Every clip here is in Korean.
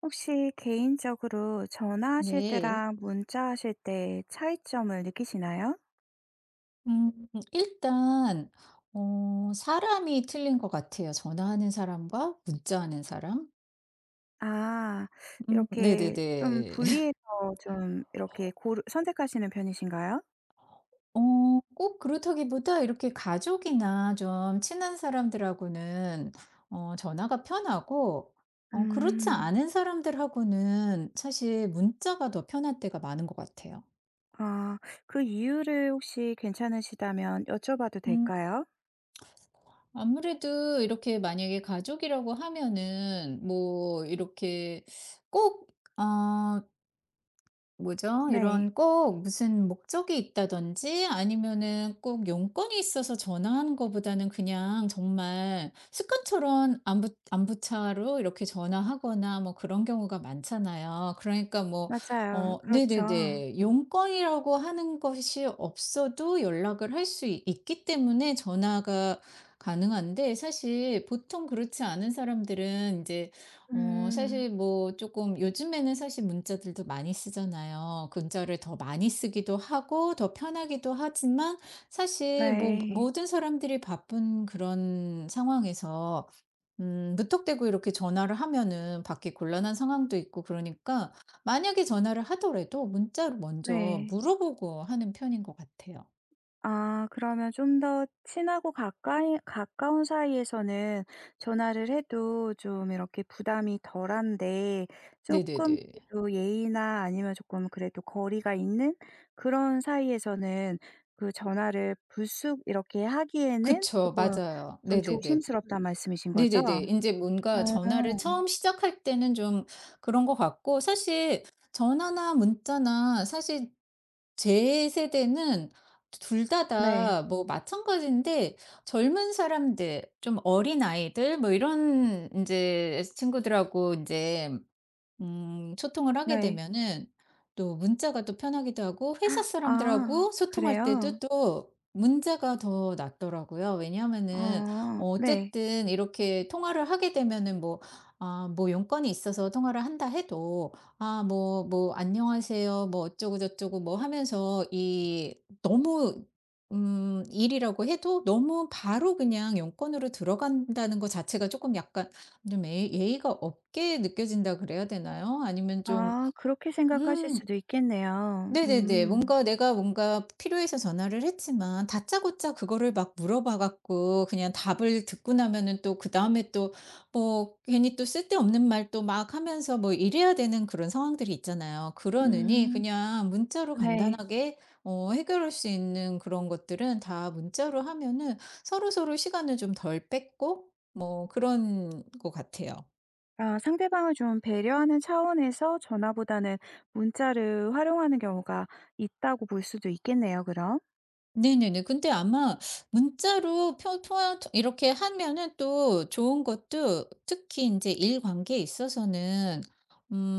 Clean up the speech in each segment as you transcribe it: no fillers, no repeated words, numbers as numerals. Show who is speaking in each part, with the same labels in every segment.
Speaker 1: 혹시 개인적으로 전화하실
Speaker 2: 네.
Speaker 1: 때랑 문자하실 때 차이점을 느끼시나요?
Speaker 2: 음 일단 사람이 틀린 것 같아요. 전화하는 사람과 문자하는 사람.
Speaker 1: 아 이렇게 좀
Speaker 2: 네네네.
Speaker 1: 분리해서 좀 이렇게 고르 선택하시는 편이신가요?
Speaker 2: 꼭 그렇다기보다 이렇게 가족이나 좀 친한 사람들하고는 전화가 편하고, 그렇지
Speaker 1: 음.
Speaker 2: 않은 사람들하고는 사실 문자가 더 편할 때가 많은 것 같아요.
Speaker 1: 아 그 이유를 혹시 괜찮으시다면 여쭤봐도
Speaker 2: 음
Speaker 1: 될까요?
Speaker 2: 아무래도 이렇게 만약에 가족이라고 하면은 뭐 이렇게 꼭어 뭐죠?
Speaker 1: 네.
Speaker 2: 이런 꼭 무슨 목적이 있다든지 아니면은 꼭 용건이 있어서 전화하는 거보다는 그냥 정말 습관처럼 안부차로 이렇게 전화하거나 뭐 그런 경우가 많잖아요. 그러니까 뭐,
Speaker 1: 맞아요. 그렇죠.
Speaker 2: 네네네. 용건이라고 하는 것이 없어도 연락을 할 수 있기 때문에 전화가 가능한데, 사실 보통 그렇지 않은 사람들은 이제
Speaker 1: 음.
Speaker 2: 사실 뭐 조금 요즘에는 사실 문자들도 많이 쓰잖아요. 문자를 더 많이 쓰기도 하고 더 편하기도 하지만, 사실 뭐
Speaker 1: 네.
Speaker 2: 모든 사람들이 바쁜 그런 상황에서 무턱대고 이렇게 전화를 하면은 받기 곤란한 상황도 있고, 그러니까 만약에 전화를 하더라도 문자로 먼저
Speaker 1: 네.
Speaker 2: 물어보고 하는 편인 것 같아요.
Speaker 1: 아 그러면 좀 더 친하고 가까이 가까운 사이에서는 전화를 해도 좀 이렇게 부담이 덜한데 조금
Speaker 2: 네네네.
Speaker 1: 그래도 예의나 아니면 조금 그래도 거리가 있는 그런 사이에서는 그 전화를 불쑥 이렇게 하기에는
Speaker 2: 그쵸.
Speaker 1: 조금
Speaker 2: 맞아요.
Speaker 1: 좀
Speaker 2: 네네네.
Speaker 1: 조심스럽다는 말씀이신 거죠? 어.
Speaker 2: 네네네. 인제 뭔가 전화를 처음 시작할 때는 좀 그런 것 같고, 사실 전화나 문자나 사실 제 세대는 둘 다
Speaker 1: 네.
Speaker 2: 다 뭐 마찬가지인데, 젊은 사람들 좀 어린아이들 뭐 이런 인제 친구들하고 인제 소통을 하게
Speaker 1: 네.
Speaker 2: 되면은 또 문자가 또 편하기도 하고, 회사
Speaker 1: 아
Speaker 2: 사람들하고 소통할
Speaker 1: 그래요?
Speaker 2: 때도 또 문자가 더 낫더라고요. 왜냐하면은
Speaker 1: 어 네.
Speaker 2: 어쨌든 이렇게 통화를 하게 되면은 뭐, 뭐 용건이 있어서 통화를 한다 해도 뭐 "안녕하세요." 뭐 어쩌고 저쩌고 뭐 하면서 이 너무 일이라고 해도 너무 바로 그냥 용건으로 들어간다는 것 자체가 조금 약간 좀 예의가 없게 느껴진다 그래야 되나요? 아니면 좀
Speaker 1: 아 그렇게 생각하실
Speaker 2: 음
Speaker 1: 수도 있겠네요.
Speaker 2: 네네네.
Speaker 1: 음.
Speaker 2: 뭔가 내가 뭔가 필요해서 전화를 했지만 다짜고짜 그거를 막 물어봐 갖고 그냥 답을 듣고 나면은 또 그다음에 또 뭐 괜히 또 쓸데없는 말 또 막 하면서 뭐 이래야 되는 그런 상황들이 있잖아요. 그러느니
Speaker 1: 음.
Speaker 2: 그냥 문자로
Speaker 1: 네.
Speaker 2: 간단하게 해결할 수 있는 그런 것들은 다 문자로 하면은 서로서로 시간을 좀 덜 뺏고 뭐 그런 것 같아요.
Speaker 1: 아 상대방을 좀 배려하는 차원에서 전화보다는 문자를 활용하는 경우가 있다고 볼 수도 있겠네요 그럼.
Speaker 2: 네네네. 근데 아마 문자로 이렇게 하면은 또 좋은 것도, 특히 이제 일 관계에 있어서는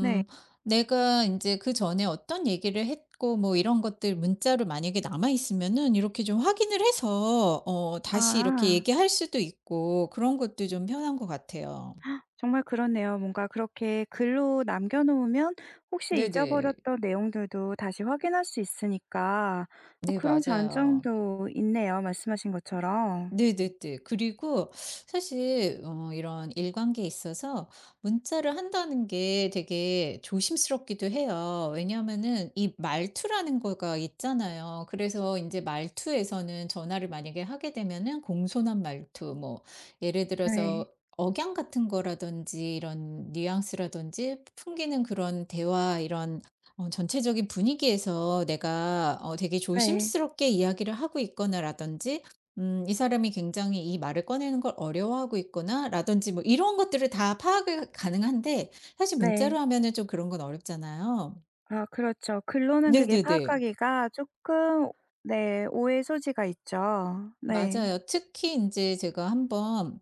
Speaker 1: 네.
Speaker 2: 내가 이제 그전에 어떤 얘기를 했고 뭐 이런 것들 문자로 만약에 남아 있으면은 이렇게 좀 확인을 해서 다시 이렇게
Speaker 1: 아
Speaker 2: 얘기할 수도 있고, 그런 것도 좀 편한 것 같아요.
Speaker 1: 정말 그렇네요. 뭔가 그렇게 글로 남겨 놓으면 혹시
Speaker 2: 네네.
Speaker 1: 잊어버렸던 내용들도 다시 확인할 수 있으니까
Speaker 2: 네
Speaker 1: 그런
Speaker 2: 맞아요.
Speaker 1: 장점도 있네요 말씀하신 것처럼.
Speaker 2: 네네네. 그리고 사실 이런 일관계에 있어서 문자를 한다는 게 되게 조심스럽기도 해요. 왜냐하면은 이 말투라는 거가 있잖아요. 그래서 이제 말투에서는, 전화를 만약에 하게 되면은 공손한 말투 뭐 예를
Speaker 1: 네.
Speaker 2: 들어서 억양 같은 거라든지, 이런 뉘앙스라든지, 풍기는 그런 대화, 이런 전체적인 분위기에서 내가 되게
Speaker 1: 네.
Speaker 2: 조심스럽게 이야기를 하고 있거나라든지, '이 사람이 굉장히 이 말을 꺼내는 걸 어려워하고 있구나.'라든지 뭐 이런 것들을 다 파악이 가능한데, 사실
Speaker 1: 네.
Speaker 2: 문자로 하면은 좀 그런 건 어렵잖아요.
Speaker 1: 아 그렇죠. 글로는 그게
Speaker 2: 네네네.
Speaker 1: 파악하기가 조금, 네, 오해 소지가 있죠. 네.
Speaker 2: 맞아요. 특히 이제 제가 한번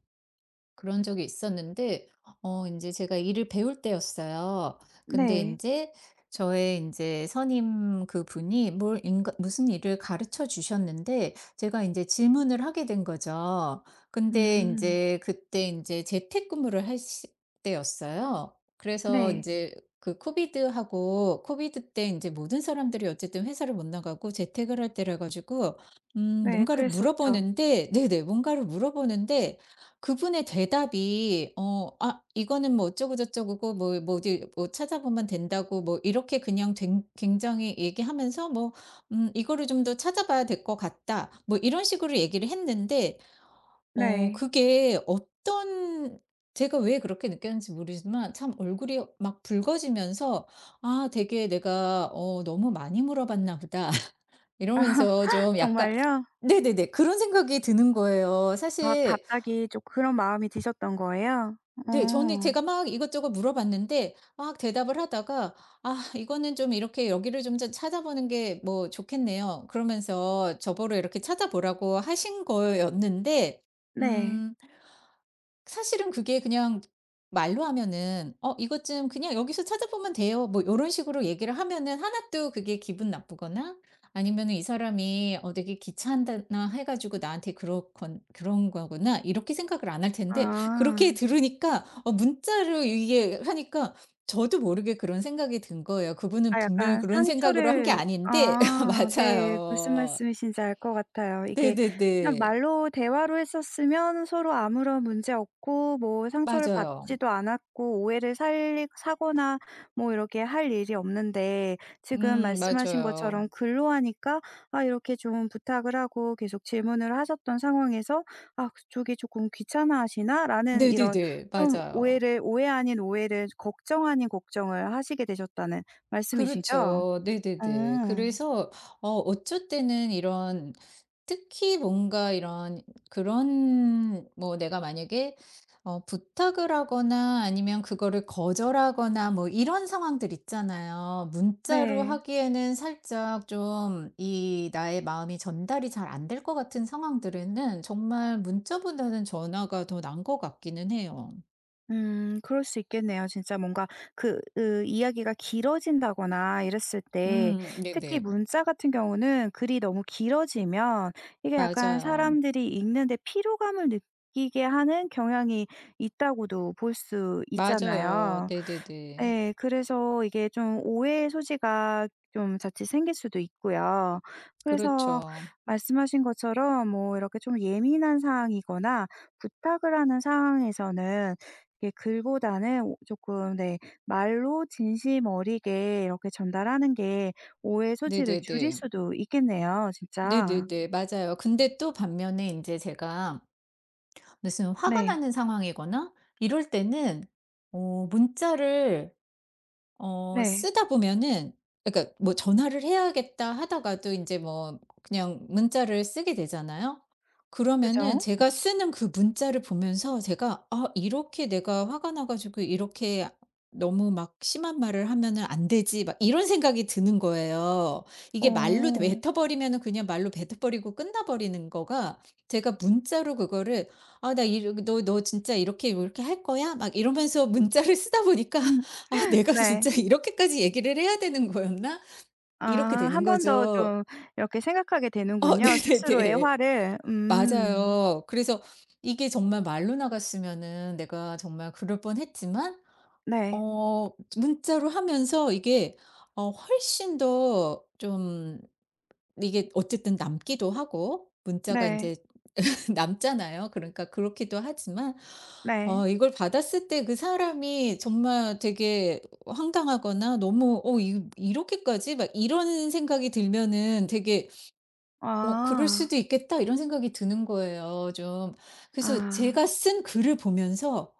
Speaker 2: 그런 적이 있었는데, 이제 제가 일을 배울 때였어요. 근데
Speaker 1: 네.
Speaker 2: 이제 저의 이제 선임 그분이 뭘 인가 무슨 일을 가르쳐 주셨는데 제가 이제 질문을 하게 된 거죠. 근데 이
Speaker 1: 음.
Speaker 2: 제 그때 이제 재택근무를 할 때였어요. 그래서 이
Speaker 1: 네.
Speaker 2: 제 그 코비드 때 이제 모든 사람들이 어쨌든 회사를 못 나가고 재택을 할 때라 가지고,
Speaker 1: 네
Speaker 2: 뭔가를
Speaker 1: 그랬었죠.
Speaker 2: 물어보는데, 네네. 뭔가를 물어보는데 그분의 대답이 "아 이거는 뭐 어쩌고 저쩌고고 뭐 뭐 어디 뭐 찾아보면 된다."고 뭐 이렇게 그냥 된 굉장히 얘기하면서, 뭐 이거를 좀 더 찾아봐야 될 것 같다." 뭐 이런 식으로 얘기를 했는데,
Speaker 1: 네.
Speaker 2: 그게 어떤, 제가 왜 그렇게 느꼈는지 모르지만, 참 얼굴이 막 붉어지면서 '아 되게 내가 어 너무 많이 물어봤나 보다.'
Speaker 1: 아
Speaker 2: 이러면서 좀 약간,
Speaker 1: 정말요?
Speaker 2: 네네네. 그런 생각이 드는 거예요,
Speaker 1: 아
Speaker 2: 사실.
Speaker 1: 갑자기 좀 그런 마음이 드셨던 거예요?
Speaker 2: 네. 저는
Speaker 1: 어.
Speaker 2: 제가 막 이것저것 물어봤는데 막 대답을 하다가 '아 이거는 좀 이렇게 여기를 좀 찾아보는 게 뭐 좋겠네요.' 그러면서 저보러 이렇게 찾아보라고 하신 거였는데,
Speaker 1: 네.
Speaker 2: 음 사실은 그게 그냥, 말로 하면은 "어 이것 좀 그냥 여기서 찾아보면 돼요." 뭐 요런 식으로 얘기를 하면은 하나도 그게 기분 나쁘거나 아니면은 '이 사람이 어 되게 귀찮다나 해 가지고 나한테 그렇건 그런 거구나.' 이렇게 생각을 안 할 텐데, 그렇게
Speaker 1: 아.
Speaker 2: 들으니까 문자로 이게 하니까 저도 모르게 그런 생각이 든 거예요. 그분은
Speaker 1: 아
Speaker 2: 분명히
Speaker 1: 약간
Speaker 2: 그런 생각으로 한 게
Speaker 1: 상처를,
Speaker 2: 아닌데.
Speaker 1: 아 네, 무슨
Speaker 2: 맞아요.
Speaker 1: 말씀이신지 알 것 같아요. 이게 그냥
Speaker 2: 네네네.
Speaker 1: 말로 대화로 했었으면 서로 아무런 문제 없고 뭐 상처를
Speaker 2: 맞아요.
Speaker 1: 받지도 않았고 오해를 살리 사거나 뭐 이렇게 할 일이 없는데 지금 말씀하신 것처럼
Speaker 2: 맞아요.
Speaker 1: 글로 하니까 아 이렇게 좀 부탁을 하고 계속 질문을 하셨던 상황에서 '아 그쪽이 조금 귀찮아하시나?'라는 이런
Speaker 2: 네네네.
Speaker 1: 좀
Speaker 2: 맞아요.
Speaker 1: 오해를, 오해 아닌 오해를, 걱정 아닌 걱정을 하시게 되셨다는 말씀이시죠?
Speaker 2: 그렇죠.
Speaker 1: 어.
Speaker 2: 네네네. 그래서 어쩔 때는 이런, 특히 뭔가 이런, 그런 뭐 내가 만약에 부탁을 하거나 아니면 그거를 거절하거나 뭐 이런 상황들 있잖아요. 문자로
Speaker 1: 네.
Speaker 2: 하기에는 살짝 좀 이 나의 마음이 전달이 잘 안 될 것 같은 상황들에는, 정말 문자보다는 전화가 더 나은 것 같기는 해요.
Speaker 1: 그럴 수 있겠네요. 진짜 뭔가 그 으 이야기가 길어진다거나 이랬을 때 특히
Speaker 2: 네네.
Speaker 1: 문자 같은 경우는 글이 너무 길어지면 이게 약간
Speaker 2: 맞아요.
Speaker 1: 사람들이 읽는데 피로감을 느끼게 하는 경향이 있다고도 볼 수
Speaker 2: 맞아요.
Speaker 1: 있잖아요.
Speaker 2: 네네네.
Speaker 1: 네 그래서 이게 좀 오해의 소지가 좀 자칫 생길 수도 있고요. 그래서
Speaker 2: 그렇죠.
Speaker 1: 말씀하신 것처럼 뭐 이렇게 좀 예민한 사항이거나 부탁을 하는 상황에서는 이게 글보다는 오금네 말로 진심 어리게 이렇게 전달하는 게 오해 소지를 줄일
Speaker 2: 네네네.
Speaker 1: 수도 있겠네요 진짜.
Speaker 2: 네네네. 맞아요. 근데 또 반면에 인제 제가 무슨 화가
Speaker 1: 네.
Speaker 2: 나는 상황이거나 이럴 때는 문자를
Speaker 1: 네.
Speaker 2: 쓰다 보면은, 그러니까 뭐 '전화를 해야겠다.' 하다가도 이제 뭐 그냥 문자를 쓰게 되잖아요. 그러면은
Speaker 1: 그죠?
Speaker 2: 제가 쓰는 그 문자를 보면서 제가 '아 이렇게 내가 화가 나 가지고 이렇게 너무 막 심한 말을 하면은 안 되지.' 막 이런 생각이 드는 거예요. 이게 말로
Speaker 1: 어.
Speaker 2: 뱉어 버리면은 그냥 말로 뱉어 버리고 끝나 버리는 거가, 제가 문자로 그거를 '아 나 이 너 너 진짜 이렇게 이렇게 할 거야?' 막 이러면서 문자를 쓰다 보니까 '아 내가
Speaker 1: 네.
Speaker 2: 진짜 이렇게까지 얘기를 해야 되는 거였나?' 이렇게
Speaker 1: 아
Speaker 2: 되는
Speaker 1: 한 번 더
Speaker 2: 거죠.
Speaker 1: 좀 이렇게 생각하게
Speaker 2: 어
Speaker 1: 되는군요, 스스로의
Speaker 2: 네네네.
Speaker 1: 화를. 음.
Speaker 2: 맞아요. 그래서 이게 정말 말로 나갔으면은 내가 정말 그럴 뻔했지만,
Speaker 1: 네.
Speaker 2: 어 문자로 하면서 이게 훨씬 더좀, 이게 어쨌든 남기도 하고, 문자가
Speaker 1: 네.
Speaker 2: 인제 남잖아요. 그러니까 그렇기도 하지만,
Speaker 1: 네.
Speaker 2: 이걸 받았을 때 그 사람이 정말 되게 황당하거나 너무 '어 이 이렇게까지?' 막 이런 생각이 들면은, 되게 '어 그럴
Speaker 1: 아.
Speaker 2: 수도 있겠다.' 이런 생각이 드는 거예요, 좀. 그래서
Speaker 1: 아.
Speaker 2: 제가 쓴 글을 보면서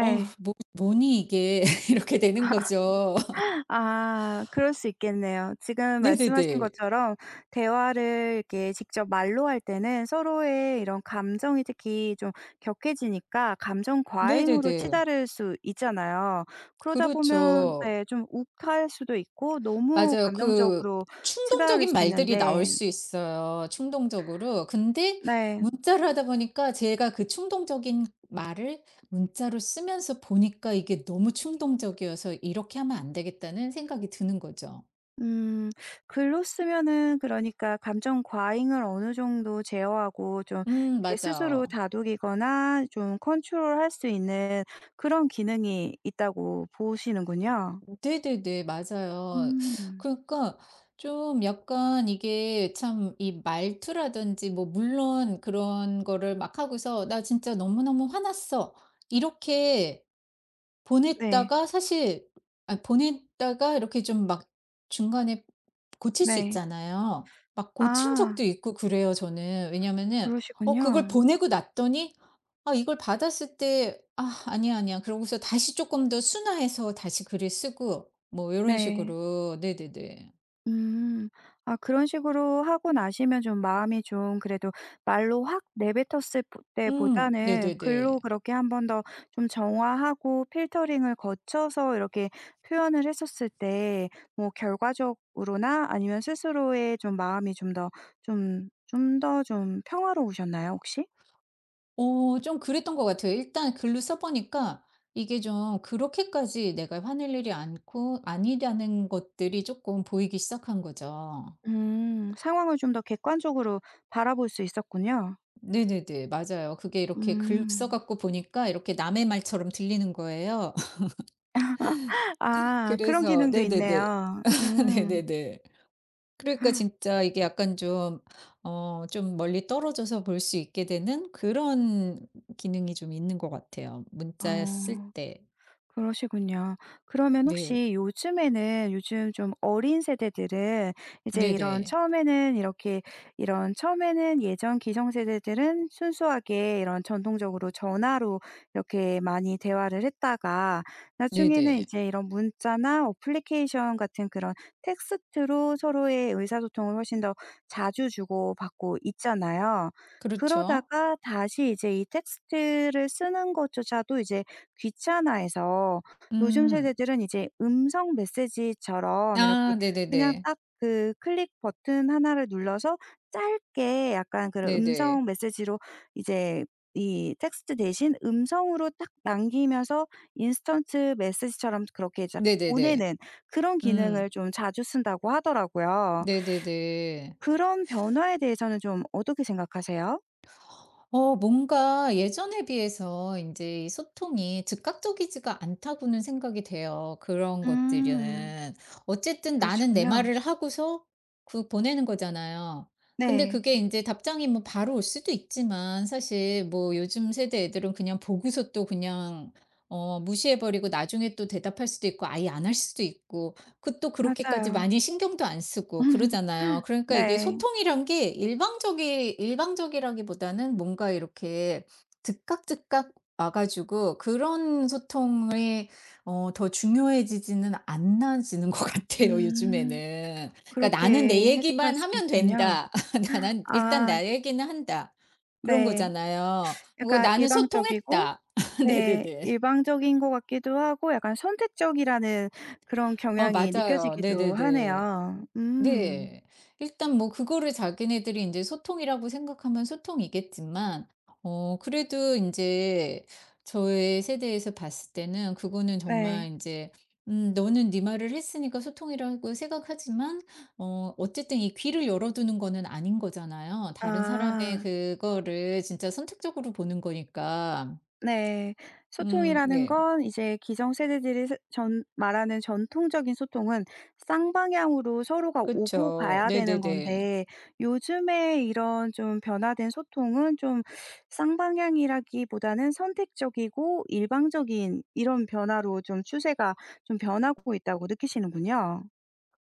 Speaker 2: 어 뭐 뭐니 이게.' 이렇게 되는 거죠.
Speaker 1: 아 그럴 수 있겠네요. 지금 말씀하신
Speaker 2: 네네네.
Speaker 1: 것처럼 대화를 이렇게 직접 말로 할 때는 서로의 이런 감정이 특히 좀 격해지니까 감정 과잉으로
Speaker 2: 네네네.
Speaker 1: 치달을 수 있잖아요. 그러다 보면 네
Speaker 2: 그렇죠.
Speaker 1: 좀 욱할 수도 있고 너무
Speaker 2: 맞아요. 그
Speaker 1: 감정적으로 치달을
Speaker 2: 충동적인
Speaker 1: 수
Speaker 2: 말들이 나올
Speaker 1: 있는데
Speaker 2: 수 있어요, 충동적으로. 근데
Speaker 1: 네.
Speaker 2: 문자를 하다 보니까 제가 그 충동적인 말을 문자로 쓰면서 보니까 이게 너무 충동적이어서 '이렇게 하면 안 되겠다.'는 생각이 드는 거죠.
Speaker 1: 음. 글로 쓰면은 그러니까 감정 과잉을 어느 정도 제어하고 좀 이렇게 스스로
Speaker 2: 맞아요.
Speaker 1: 다독이거나 좀 컨트롤할 수 있는 그런 기능이 있다고 보시는군요.
Speaker 2: 네네네. 맞아요.
Speaker 1: 음.
Speaker 2: 그러니까 좀 약간 이게 참 이 말투라든지 뭐 물론, 그런 거를 막 하고서 "나 진짜 너무너무 화났어." 이렇게
Speaker 1: 네.
Speaker 2: 보냈다가, 사실 보냈다가 이렇게 좀 막 중간에 고칠 수
Speaker 1: 네.
Speaker 2: 있잖아요. 막 고친
Speaker 1: 아
Speaker 2: 적도 있고 그래요, 저는. 왜냐면은 그걸
Speaker 1: 그러시군요.
Speaker 2: 보내고 났더니, 이걸 받았을 때 '아 아니야, 아니야.' 그러고서 다시 쪼끔 더 순화해서 다시 글을 쓰고 뭐 요런
Speaker 1: 네.
Speaker 2: 식으로. 네네네.
Speaker 1: 음. 아 그런 식으로 하고 나시면 좀 마음이 좀 그래도 말로 확 내뱉었을 보 때보다는
Speaker 2: 네네네.
Speaker 1: 글로 그렇게 한번 더 좀 정화하고 필터링을 거쳐서 이렇게 표현을 했었을 때 뭐 결과적으로나 아니면 스스로의 좀 마음이 좀 더 좀 더 좀 평화로우셨나요 혹시?
Speaker 2: 좀 그랬던 것 같아요. 일단 글로 써 보니까 이게 좀 그렇게까지 내가 화낼 일이 않고 아니라는 것들이 쪼끔 보이기 시작한 거죠.
Speaker 1: 음. 상황을 좀 더 객관적으로 바라볼 수 있었군요.
Speaker 2: 네네네. 맞아요. 그게 이렇게 글 써
Speaker 1: 음.
Speaker 2: 갖고 보니까 이렇게 남의 말처럼 들리는 거예요.
Speaker 1: 아 그런
Speaker 2: 그래서
Speaker 1: 기능도
Speaker 2: 네네네.
Speaker 1: 있네요. 음.
Speaker 2: 네네네. 그러니까 진짜 이게 약간 좀, 좀 멀리 떨어져서 볼 수 있게 되는 그런 기능이 좀 있는 것 같아요, 문자 쓸
Speaker 1: 어.
Speaker 2: 때.
Speaker 1: 그러시군요. 그러면
Speaker 2: 네.
Speaker 1: 혹시 요즘 좀 어린 세대들은 이제
Speaker 2: 네네.
Speaker 1: 이런 처음에는 예전 기성세대들은 순수하게 이런 전통적으로 전화로 이렇게 많이 대화를 했다가 나중에는
Speaker 2: 네네.
Speaker 1: 이제 이런 문자나 어플리케이션 같은 그런 텍스트로 서로의 의사소통을 훨씬 더 자주 주고받고 있잖아요.
Speaker 2: 그렇죠.
Speaker 1: 그러다가 다시 이제 이 텍스트를 쓰는 것조차도 이제 귀찮아해서 요즘
Speaker 2: 음.
Speaker 1: 세대들은 이제 음성 메시지처럼 이렇게
Speaker 2: 아
Speaker 1: 그냥
Speaker 2: 네네네.
Speaker 1: 딱 그 클릭 버튼 하나를 눌러서 짧게 약간 그런
Speaker 2: 네네.
Speaker 1: 음성 메시지로 이제 이 텍스트 대신 음성으로 딱 남기면서 인스턴트 메시지처럼 그렇게 이제
Speaker 2: 네네네.
Speaker 1: 보내는 그런
Speaker 2: 음.
Speaker 1: 기능을 좀 자주 쓴다고 하더라고요.
Speaker 2: 네네네.
Speaker 1: 그런 변화에 대해서는 좀 어떻게 생각하세요?
Speaker 2: 뭔가 예전에 비해서 이제 이 소통이 즉각적이지가 않다고는 생각이 돼요, 그런
Speaker 1: 음.
Speaker 2: 것들은. 어쨌든 나는 내
Speaker 1: 그러시군요.
Speaker 2: 말을 하고서 그 보내는 거잖아요. 근데
Speaker 1: 네.
Speaker 2: 그게 이제 답장이 뭐 바로 올 수도 있지만, 사실 뭐 요즘 세대 애들은 그냥 보고서 또 그냥 무시해 버리고 나중에 또 대답할 수도 있고 아예 안 할 수도 있고, 그 또 그렇게까지
Speaker 1: 맞아요.
Speaker 2: 많이 신경도 안 쓰고 그러잖아요. 그러니까 이게
Speaker 1: 네.
Speaker 2: 소통이란 게 일방적이라기보다는 뭔가 이렇게 즉각즉각 와 가지고, 그런 소통이 더 중요해지지는 않아지는 것 같아요
Speaker 1: 음.
Speaker 2: 요즘에는. 그러니까 '나는 내
Speaker 1: 그렇게 해석할
Speaker 2: 얘기만
Speaker 1: 수도
Speaker 2: 하면
Speaker 1: 있군요.
Speaker 2: 된다. 나는 일단
Speaker 1: 아
Speaker 2: 나 얘기는 한다.' 그런
Speaker 1: 네.
Speaker 2: 거잖아요. 뭐
Speaker 1: 약간
Speaker 2: '나는
Speaker 1: 일방적이고
Speaker 2: 소통했다.'
Speaker 1: 네
Speaker 2: 네네네.
Speaker 1: 일방적인 것 같기도 하고 약간 선택적이라는 그런 경향이
Speaker 2: 맞아요.
Speaker 1: 느껴지기도
Speaker 2: 네네네.
Speaker 1: 하네요.
Speaker 2: 음
Speaker 1: 음.
Speaker 2: 네. 일단 뭐 그거를 자기네들이 이제 소통이라고 생각하면 소통이겠지만, 그래도 이제 저의 세대에서 봤을 때는 그거는
Speaker 1: 네.
Speaker 2: 정말 이제, 너는 네 말을 했으니까 소통이라고 생각하지만 어쨌든 이 귀를 열어두는 거는 아닌 거잖아요. 다른 사람의
Speaker 1: 아.
Speaker 2: 그거를 진짜 선택적으로 보는 거니까.
Speaker 1: 네. 소통이라는
Speaker 2: 네.
Speaker 1: 건 이제 기성세대들이 전 말하는 전통적인 소통은 쌍방향으로 서로가 오고
Speaker 2: 그쵸.
Speaker 1: 가야 되는
Speaker 2: 네네네.
Speaker 1: 건데 요즘에 이런 좀 변화된 소통은 좀 쌍방향이라기보다는 선택적이고 일방적인 이런 변화로 좀 추세가 좀 변하고 있다고 느끼시는군요.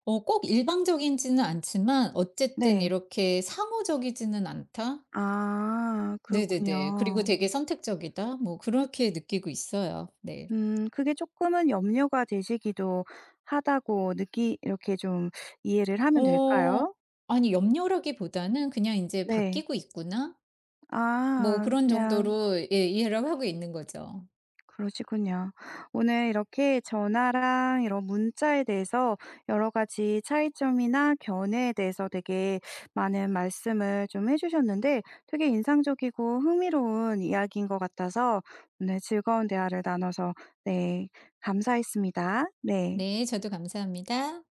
Speaker 2: 꼭 일방적이지는 않지만 어쨌든
Speaker 1: 네.
Speaker 2: 이렇게 '상호적이지는 않다.'
Speaker 1: 아
Speaker 2: 네네네. 그리고
Speaker 1: 그렇군요.
Speaker 2: '되게 선택적이다.' 뭐 그렇게 느끼고 있어요. 네.
Speaker 1: 그게 조금은 염려가 되시기도 하다고 느끼 이렇게 좀 이해를 하면
Speaker 2: 어
Speaker 1: 될까요?
Speaker 2: 아니, 염려라기보다는 그냥 이제
Speaker 1: 네.
Speaker 2: '바뀌고 있구나.' 뭐
Speaker 1: 아
Speaker 2: 그런
Speaker 1: 그냥
Speaker 2: 정도로, 예, 이해를 하고 있는 거죠.
Speaker 1: 그러시군요. 오늘 이렇게 전화랑 이런 문자에 대해서 여러 가지 차이점이나 견해에 대해서 되게 많은 말씀을 좀 해 주셨는데 되게 인상적이고 흥미로운 이야기인 것 같아서 오늘 즐거운 대화를 나눠서 네 감사했습니다. 네.
Speaker 2: 네. 저도 감사합니다.